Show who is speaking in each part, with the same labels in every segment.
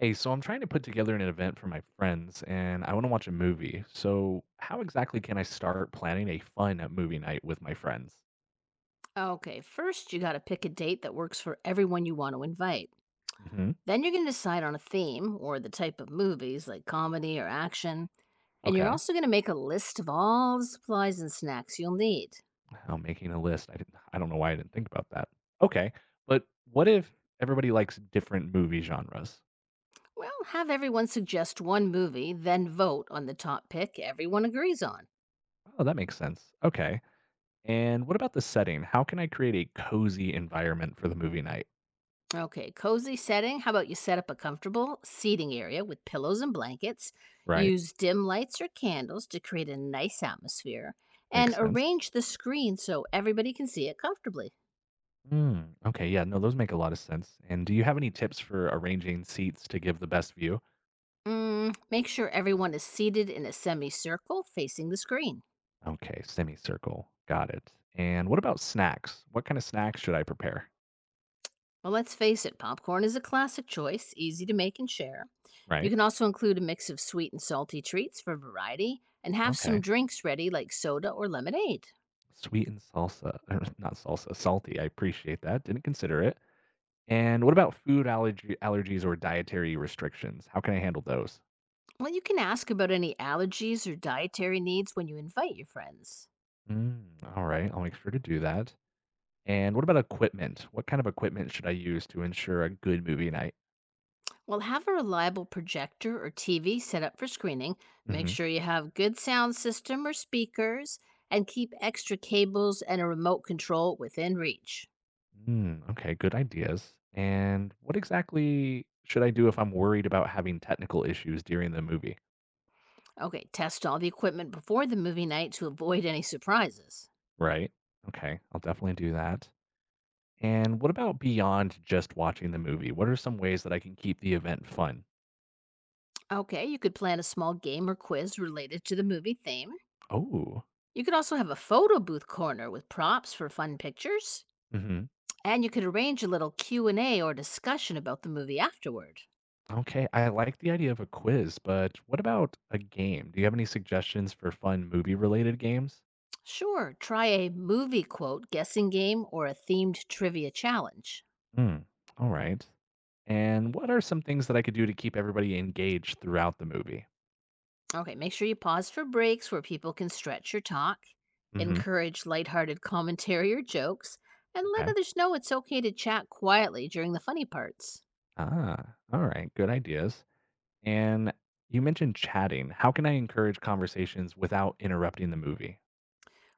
Speaker 1: Hey, so I'm trying to put together an event for my friends and I want to watch a movie. So, how exactly can I start planning a fun movie night with my friends?
Speaker 2: Okay, first you gotta pick a date that works for everyone you want to invite.
Speaker 1: Hmm.
Speaker 2: Then you're gonna decide on a theme or the type of movies like comedy or action. And you're
Speaker 1: Okay.
Speaker 2: also gonna make a list of all the supplies and snacks you'll need.
Speaker 1: I'm making a list. I don't know why I didn't think about that. Okay. But what if everybody likes different movie genres?
Speaker 2: Well, have everyone suggest one movie, then vote on the top pick everyone agrees on.
Speaker 1: Oh, that makes sense. Okay. And what about the setting? How can I create a cozy environment for the movie night?
Speaker 2: Okay, cozy setting. How about you set up a comfortable seating area with pillows and blankets?
Speaker 1: Right?
Speaker 2: Use dim lights or candles to create a nice atmosphere and
Speaker 1: Makes sense.
Speaker 2: arrange the screen so everybody can see it comfortably.
Speaker 1: Okay, yeah, no, those make a lot of sense. And do you have any tips for arranging seats to give the best view?
Speaker 2: Mm, make sure everyone is seated in a semicircle facing the screen.
Speaker 1: Okay, semicircle. Got it. And what about snacks? What kind of snacks should I prepare?
Speaker 2: Well, let's face it, popcorn is a classic choice, easy to make and share. You
Speaker 1: Right.
Speaker 2: can also include a mix of sweet and salty treats for variety and have some
Speaker 1: Okay.
Speaker 2: drinks ready like soda or lemonade.
Speaker 1: Sweet and salsa, or not salsa, salty. I appreciate that. Didn't consider it. And what about allergies or dietary restrictions? How can I handle those?
Speaker 2: Well, you can ask about any allergies or dietary needs when you invite your friends.
Speaker 1: Mm, all right, I'll make sure to do that. And what about equipment? What kind of equipment should I use to ensure a good movie night?
Speaker 2: Well, have a reliable projector or TV set up for screening. Make
Speaker 1: Hmm.
Speaker 2: sure you have good sound system or speakers and keep extra cables and a remote control within reach.
Speaker 1: Okay, good ideas. And what exactly should I do if I'm worried about having technical issues during the movie?
Speaker 2: Okay, test all the equipment before the movie night to avoid any surprises.
Speaker 1: Right. Okay. I'll definitely do that. And what about beyond just watching the movie? What are some ways that I can keep the event fun?
Speaker 2: Okay, you could plan a small game or quiz related to the movie theme.
Speaker 1: Oh,
Speaker 2: You could also have a photo booth corner with props for fun pictures.
Speaker 1: hmm
Speaker 2: And you could arrange a little Q&A or discussion about the movie afterward.
Speaker 1: okay. I like the idea of a quiz, but what about a game? Do you have any suggestions for fun movie related games?
Speaker 2: Sure, try a movie quote guessing game or a themed trivia challenge.
Speaker 1: Hmm. All right. And what are some things that I could do to keep everybody engaged throughout the movie?
Speaker 2: Okay, make sure you pause for breaks where people can stretch your talk,
Speaker 1: Hmm.
Speaker 2: encourage lighthearted commentary or jokes, and let
Speaker 1: Okay.
Speaker 2: others know it's okay to chat quietly during the funny parts.
Speaker 1: Ah, all right. Good ideas. And you mentioned chatting. How can I encourage conversations without interrupting the movie?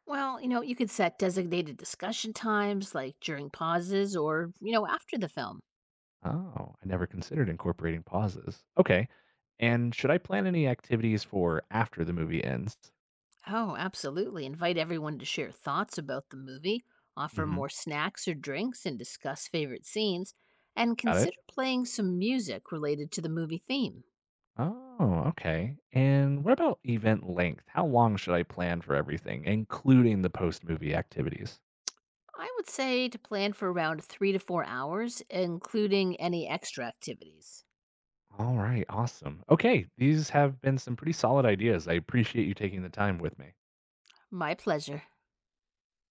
Speaker 2: Well, you could set designated discussion times like during pauses or after the film.
Speaker 1: Oh, I never considered incorporating pauses. Okay. And should I plan any activities for after the movie ends?
Speaker 2: Oh, absolutely. Invite everyone to share thoughts about the movie, offer
Speaker 1: Hmm.
Speaker 2: more snacks or drinks, and discuss favorite scenes, and
Speaker 1: Got it.
Speaker 2: consider playing some music related to the movie theme.
Speaker 1: Oh, okay. And what about event length? How long should I plan for everything, including the post movie activities?
Speaker 2: I would say to plan for around 3 to 4 hours, including any extra activities.
Speaker 1: All right, awesome. Okay, these have been some pretty solid ideas. I appreciate you taking the time with me.
Speaker 2: My pleasure.